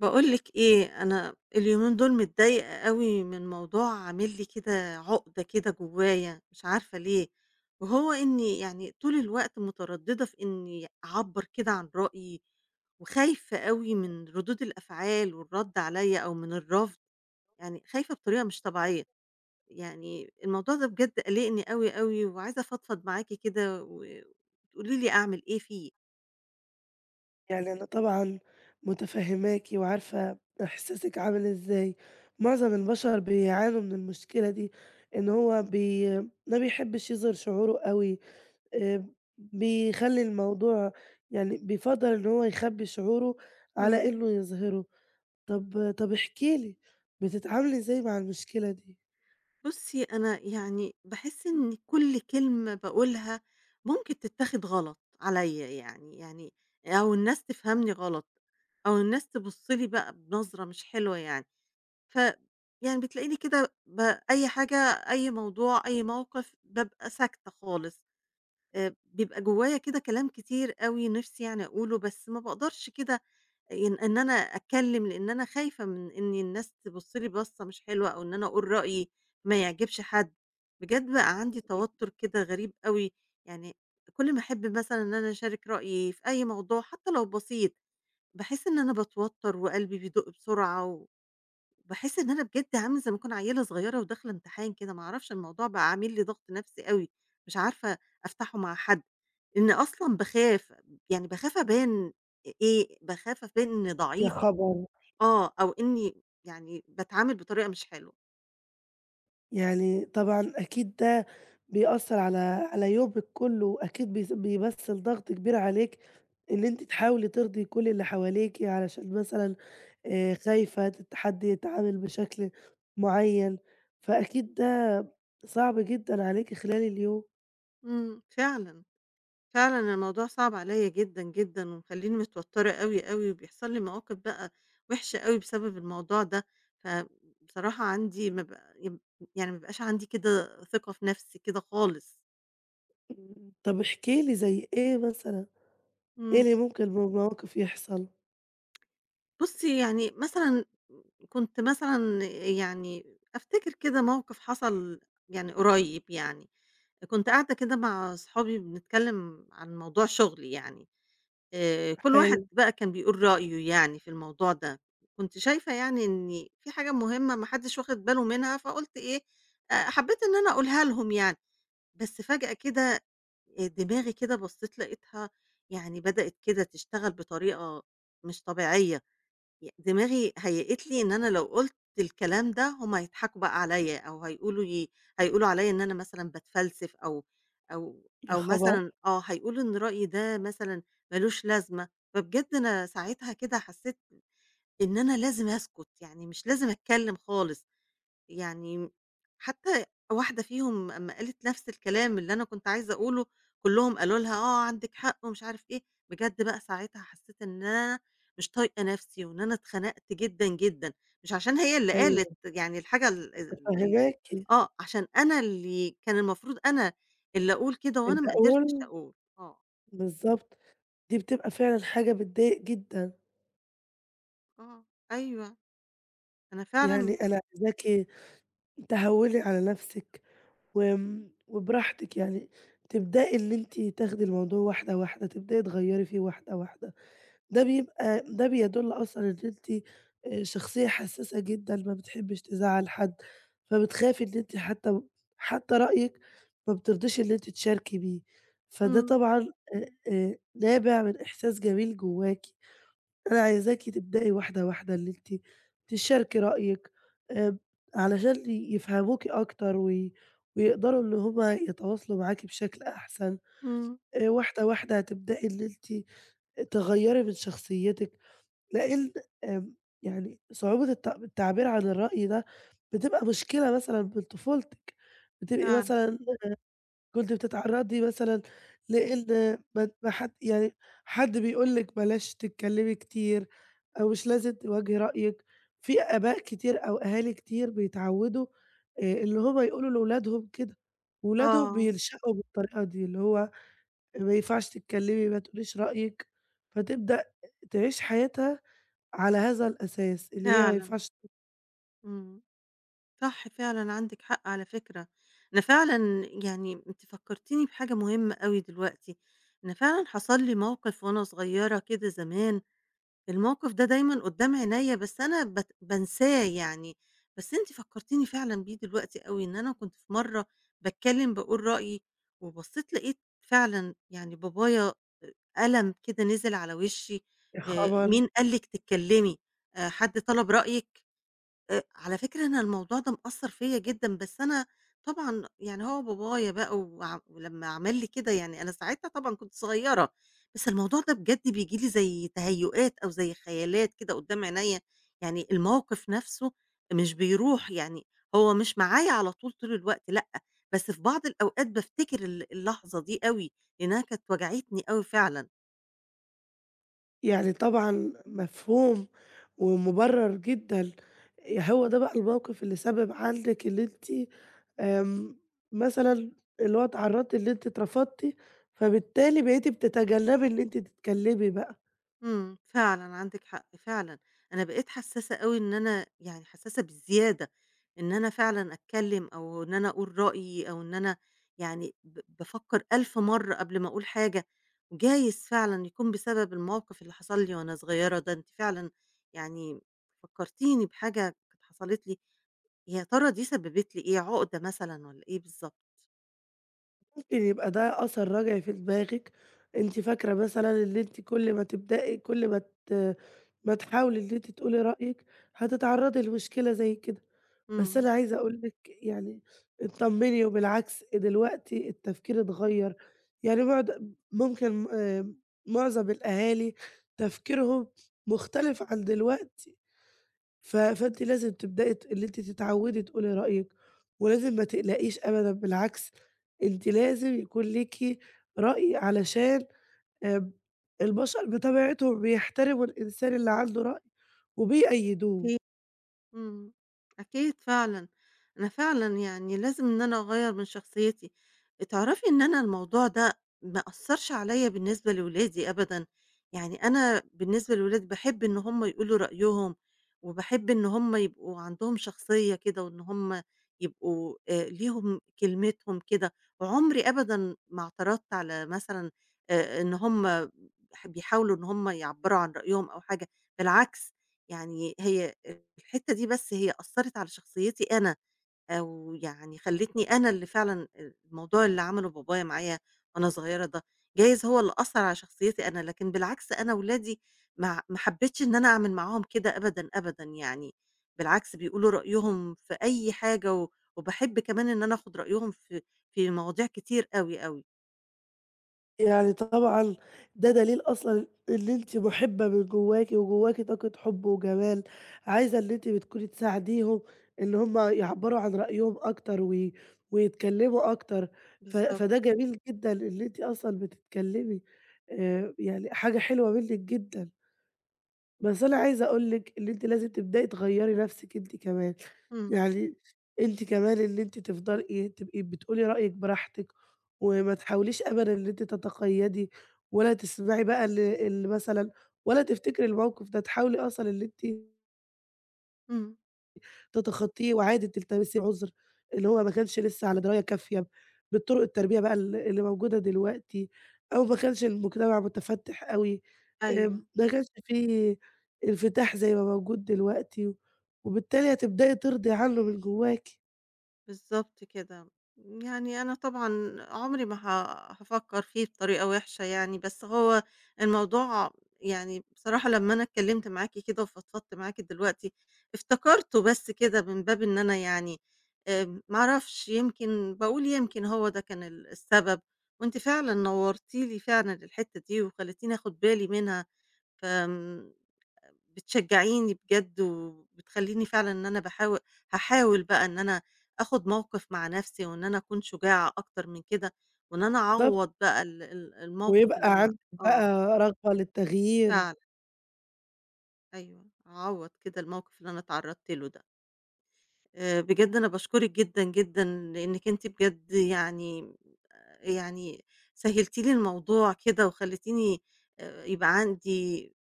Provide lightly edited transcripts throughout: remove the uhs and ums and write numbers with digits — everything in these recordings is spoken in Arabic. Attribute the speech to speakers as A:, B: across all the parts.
A: بقولك ايه، انا اليومين دول متضايقه قوي من موضوع، عامل لي كده عقده كده جوايا مش عارفه ليه. وهو اني يعني طول الوقت متردده في اني اعبر كده عن رايي، وخايفه قوي من ردود الافعال والرد عليا او من الرفض. يعني خايفه بطريقه مش طبيعيه. يعني الموضوع ده بجد قلقني قوي قوي، وعايزه افضفض معاكي كده وتقولي لي اعمل ايه فيه.
B: يعني أنا طبعًا مُتفهّماكِ وعارفة إحساسِك عامل إزاي، معظم البشر بيعانوا من المشكلة دي، إن هو ما بيحبّش يظهِر شعوره أوي، آآ بيخلّي الموضوع يعني بيفضّل إن هو يخبّي شعوره على
A: إمم.
B: إنه يظهِره. طَب احكِ لي، بتتعاملي إزاي مع المشكلة دي؟
A: بُصّي، أنا يعني باحس إن كل كلمة باقولها ممكن تتاخد غلط عليّا، يعني أو الناس تفهمني غلط، أو الناس تبُص لي بقى بنظرة مش حلوة يعني، ف يعني بتلاقيني كده أي حاجة، أي موضوع، أي موقف، بابقى ساكتة خالص. بيبقى جوايا كده كلام كتير أوي نِفْسي يعني أقوله، بس ما باقدرش كده إن أنا أتكلّم، لإن أنا خايفة من إن الناس تبُص لي بَصّة مش حلوة أو إن أنا أقول رأيي ما يعجبش حد. بجد بقى عندي توتُّر كده غريب أوي. يعني كل ما أحب مثلًا إن أنا أشارك رأيي في أي موضوع حتى لو بسيط، باحس إن أنا باتوتّر وقلبي بيدُق بسرعة، و وباحس إن أنا بجد عاملة زي ما أكون عيّلة صغيرة وداخلة امتحان كده، ما أعرفش الموضوع بقى عامل لي ضغط نفسي أوي، مش عارفة أفتحه مع حد، إن أصلًا باخاف، يعني باخاف أبان إيه، باخاف أبان إني
B: يا
A: ضعيفة،
B: خبر!
A: آه، أو إني يعني باتعامل بطريقة مش حلوة.
B: يعني طبعًا أكيد ده بيأثّر على يومِك كُلّه، وأكيد بيمثّل ضغط كبير عليكِ إن أنتِ تحاولي ترضي كل اللي حواليكِ، علشان مثلًا خايفة حد يتعامل بشكل معيّن، فأكيد ده صعب جدًا عليكِ خلال اليوم.
A: إمم، فعلًا. فعلًا الموضوع صعب عليّا جدًا، جدًا، ومخلّيني متوترة أوي، أوي، وبيحصل لي مواقف بقى وحشة أوي بسبب الموضوع ده، فبصراحة عندي ما ب يعني ما بيبقاش عندي كده ثقة في نفسي كده خالص.
B: إمم، طب احكي لي زي إيه مثلًا؟ إيه
A: إمم.
B: اللي ممكن من مواقف يحصل؟
A: بُصّي، يعني مثلًا كنت مثلًا يعني أفتكر كده موقف حصل يعني قريب يعني، كنت قاعدة كده مع أصحابي بنتكلّم عن موضوع شُغلي يعني. كل
B: حلو،
A: واحد بقى كان بيقول رأيه يعني في الموضوع ده. كنت شايفة يعني إن في حاجة مهمة ما حدّش واخد باله منها، فقُلت إيه، حبّيت إن أنا أقولها لهم يعني. بس فجأة كده دماغي كده بصّيت لقيتها يعني بدأت كده تشتغل بطريقة مش طبيعية. دماغي هيّأت لي إن أنا لو قُلت الكلام ده هُم هيضحكوا بقى عليّا، أو هيقولوا عليّا إن أنا مثلًا باتفلسف، أو أو
B: يا
A: أو
B: خبر!
A: مثلًا آه، هيقولوا إن رأيي ده مثلًا مالوش لازمة. فبجد أنا ساعتها كده حسّيت إن أنا لازم أسكت، يعني مش لازم أتكلّم خالص. يعني حتى واحدة فيهم أمّا قالت نفس الكلام اللي أنا كنت عايزة أقوله، كلّهم قالوا لها آه عندِك حق ومش عارف إيه. بجد بقى ساعتها حسّيت إن أنا مش طايقة نفسي وإن أنا اتخنقت جدًا، جدًا، مش عشان هي اللي قالت
B: أيوه،
A: يعني الحاجة ال ال ال
B: متفهّماكِ،
A: آه، عشان أنا اللي كان المفروض أنا اللي أقول كده وأنا ما قدرتش
B: الأول
A: أقول، آه.
B: بالضبط، دي بتبقى فعلًا حاجة بتضايق جدًا.
A: آه، أيوه، أنا
B: يعني
A: فعلًا.
B: أنا عايزاكِ تهوّني على نَفْسِك وبراحتِك، يعني تبدئي إن أنتِ تاخدي الموضوع واحدة، واحدة، تبدئي تغيّري فيه واحدة، واحدة. ده بيدُل أصلًا إن أنتِ شخصية حسّاسة جدًا، ما بتحبّيش تزعّل حد، فبتخافي إن أنتِ حتّى رأيِك ما بترضيش إن أنتِ تشاركي بيه، فده
A: إمم،
B: طبعًا نابع من إحساس جميل جواكِ. أنا عايزاكِ تبدئي واحدة، واحدة، اللي أنتِ تشاركي رأيِك آآ، علشان يفهموكِ أكتر ويقدروا إن هُم يتواصلوا معاكِ بشكل أحسن،
A: إمم،
B: واحدة، واحدة هتبدئي إن أنتِ تغيّري من شخصيتِك، لإن آمم، يعني صعوبة التعبير عن الرأي ده بتبقى مشكلة مثلًا من طفولتِك، بتبقي
A: فعلًا،
B: مثلًا كنتِ بتتعرّضي مثلًا لإن ما حد يعني حد بيقول لِك بلاش تتكلّمي كتير أو مش لازم تواجهي رأيِك، في آباء كتير أو أهالي كتير بيتعوّدوا اللي هم يقولوا لولادهم كده، ولادهم
A: آه،
B: بينشأوا بالطريقة دي، اللي هو ما ينفعش تتكلّمي، ما تقوليش رأيِك، فتبدأ تعيش حياتها على هذا الأساس، اللي هي ما
A: فعلًا،
B: ينفعش
A: إمم. صح فعلًا عندِك حق على فكرة. أنا فعلًا يعني أنتِ فكّرتيني بحاجة مهمة أوي دلوقتي. أنا فعلًا حصل لي موقف وأنا صغيرة كده زمان، الموقف ده دايمًا قدّام عينيّا بس أنا بانساه يعني. بس أنتِ فكّرتيني فعلًا بيه دلوقتي أوي، إن أنا كنت في مرّة باتكلّم باقول رأيي، وبصّيت لقيت فعلًا يعني بابايا ألم كده نزل على وشّي،
B: تقولي خبر!
A: مين قال لِك تتكلّمي، حد طلب رأيِك؟ على فكرة أنا الموضوع ده مأثّر فيّا جدًا. بس أنا طبعًا يعني هو بابايا بقى ولمّا عمل لي كده يعني أنا ساعتها طبعًا كنت صغيّرة. بس الموضوع ده بجد بييجي لي زي تهيؤات أو زي خيالات كده قدّام عينيّا، يعني الموقف نَفْسه مش بيروح، يعني هو مش معايا على طول، طول الوقت لأ، بس في بعض الأوقات بافتكر اللحظة دي أوي، لإنّها كانت وجعتني أوي فعلًا.
B: يعني طبعًا مفهوم ومُبرّر جدًا، هو ده بقى الموقِف اللي سبب عندِك اللي أنتِ آمم، مثلًا اللي هو اتعرّضتِ إن أنتِ اترفضتِ، فبالتالي بقيتِ بتتجنّبي إن أنتِ تتكلّمي بقى،
A: إمم، فعلًا عندِك حق، فعلًا أنا بقيت حسّاسة أوي إن أنا يعني حسّاسة بزيادة، إن أنا فعلًا أتكلّم أو إن أنا أقول رأيي أو إن أنا يعني بافكّر ألف مرّة قبل ما أقول حاجة، وجايز فعلًا يكون بسبب الموقِف اللي حصل لي وأنا صغيّرة ده. أنتِ فعلًا يعني فكّرتيني بحاجة كانت حصلت لي، يا ترى دي سبّبت لي إيه، عُقدة مثلًا والّا إيه بالضبط؟
B: ممكن يبقى ده أثَر رجعي في دماغِك، أنتِ فاكرة مثلًا إن أنتِ كل ما تبدئي كل ما ت ما تحاولي إن أنتِ تقولي رأيِك، هتتعرّضي لمشكلة زي كده. بس
A: إمم.
B: أنا عايزة أقول لِك يعني اتطمني وبالعكس دلوقتي التفكير اتغيّر، يعني بعد ممكن معظم الأهالي تفكيرهم مختلف عن دلوقتي، فأنتِ لازم تبدئي اللي أنتِ تتعودي تقولي رأيِك، ولازم ما تقلقيش أبدًا بالعكس، أنتِ لازم يكون ليكِ رأي علشان آمم البشر بطبيعتهم بيحترموا الإنسان اللي عنده رأي وبيأيّدوه.
A: إمم، أكيد فعلًا. أنا فعلًا يعني لازم إن أنا أغيّر من شخصيتي. تعرفي إن أنا الموضوع ده ما أثّرش عليَّ بالنسبة لولادي أبدًا، يعني أنا بالنسبة لولادي باحب إن هُم يقولوا رأيهم، وباحب إن هُم يبقوا عندهم شخصية كده، وإن هُم يبقوا ليهم كلمتهم كده، وعمري أبدًا ما اعترضت على مثلًا إن هُم بيحاولوا إن هُم يعبّروا عن رأيهم أو حاجة، بالعكس. يعني هي الحتّة دي بس هي أثّرت على شخصيتي أنا، أو يعني خلّتني أنا اللي فعلًا الموضوع اللي عمله بابايا معايا وأنا صغيّرة ده، جايز هو اللي أثّر على شخصيتي أنا، لكن بالعكس أنا ولادي ما حبيتش إن أنا أعمل معاهم كده أبدًا، أبدًا يعني، بالعكس بيقولوا رأيهم في أي حاجة، وباحب كمان إن أنا آخُد رأيهم في مواضيع كتير أوي، أوي.
B: يعني طبعًا ده دليل أصلًا إن أنتِ مُحِبّة من جواكِ، وجواكِ طاقة حُب وجمال، عايزة إن أنتِ بتكوني تساعديهم إن هُم يعبّروا عن رأيهم أكتر ويتكلّموا أكتر، ف
A: بالضبط.
B: فده جميل جدًا إن أنتِ أصلًا بتتكلّمي، يعني حاجة حلوة منِّك جدًا. بس أنا عايزة أقول لِك إن أنتِ لازم تبدئي تغيّري نَفْسِك أنتِ كمان،
A: إمم،
B: يعني أنتِ كمان إن أنتِ تفضلي إيه، تبقي بتقولي رأيِك براحتك، وما تحاوليش أبدًا إن أنتِ تتقيّدي، ولا تسمعي بقى اللي مثلًا ولا تفتكري الموقف ده، تحاولي أصلًا إن أنتِ
A: إمم،
B: تتخطيه وعادي تلتمسي عذر، اللي هو ما كانش لسه على دراية كافية بطرق التربية بقى اللي موجودة دلوقتي، أو ما كانش المجتمع متفتِّح أوي،
A: أيوه.
B: ما كانش في انفتاح زي ما موجود دلوقتي، وبالتالي هتبدئي ترضي عنه من جواكِ.
A: بالضبط كده. يعني أنا طبعًا عمري ما هافكّر فيه بطريقة وِحشة يعني، بس هو الموضوع يعني بصراحة لمّا أنا اتكلّمت معاكِ كده وفضفضت معاكِ دلوقتي، افتكرته بس كده من باب إن أنا يعني ما أعرفش يمكن باقول يمكن هو ده كان السبب. وأنتِ فعلًا نوّرتِ لي فعلًا الحتّة دي وخلّيتيني آخُد بالي منها، فآمم بتشجعيني بجد وبتخلّيني فعلًا إن أنا باحاول هاحاول بقى إن أنا آخُد موقِف مع نَفْسي وإن أنا أكون شجاعة أكتر من كده وإن أنا
B: بالضبط،
A: أعوّض بقى ال ال الموقِف
B: ويبقى
A: اللي أنا.
B: عندِك
A: آه،
B: بقى رغبة للتغيير،
A: فعلًا، أيوه، أعوّض كده الموقِف اللي أنا اتعرّضت له ده. بجد أنا باشكرِك جدًا، جدًا لإنِّك أنتِ بجد يعني سهّلتِ لي الموضوع كده وخلّيتيني يبقى عندي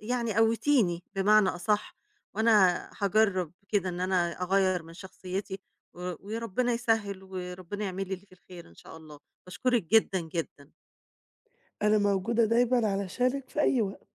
A: يعني قوّتيني بمعنى أصح، وأنا هاجرّب كده إن أنا أغيّر من شخصيتي، وربنا يسهّل وربنا يعمل لي اللي فيه الخير إن شاء الله، باشكرِك جدًا، جدًا.
B: أنا موجودة دايمًا علشانِك في أي وقت.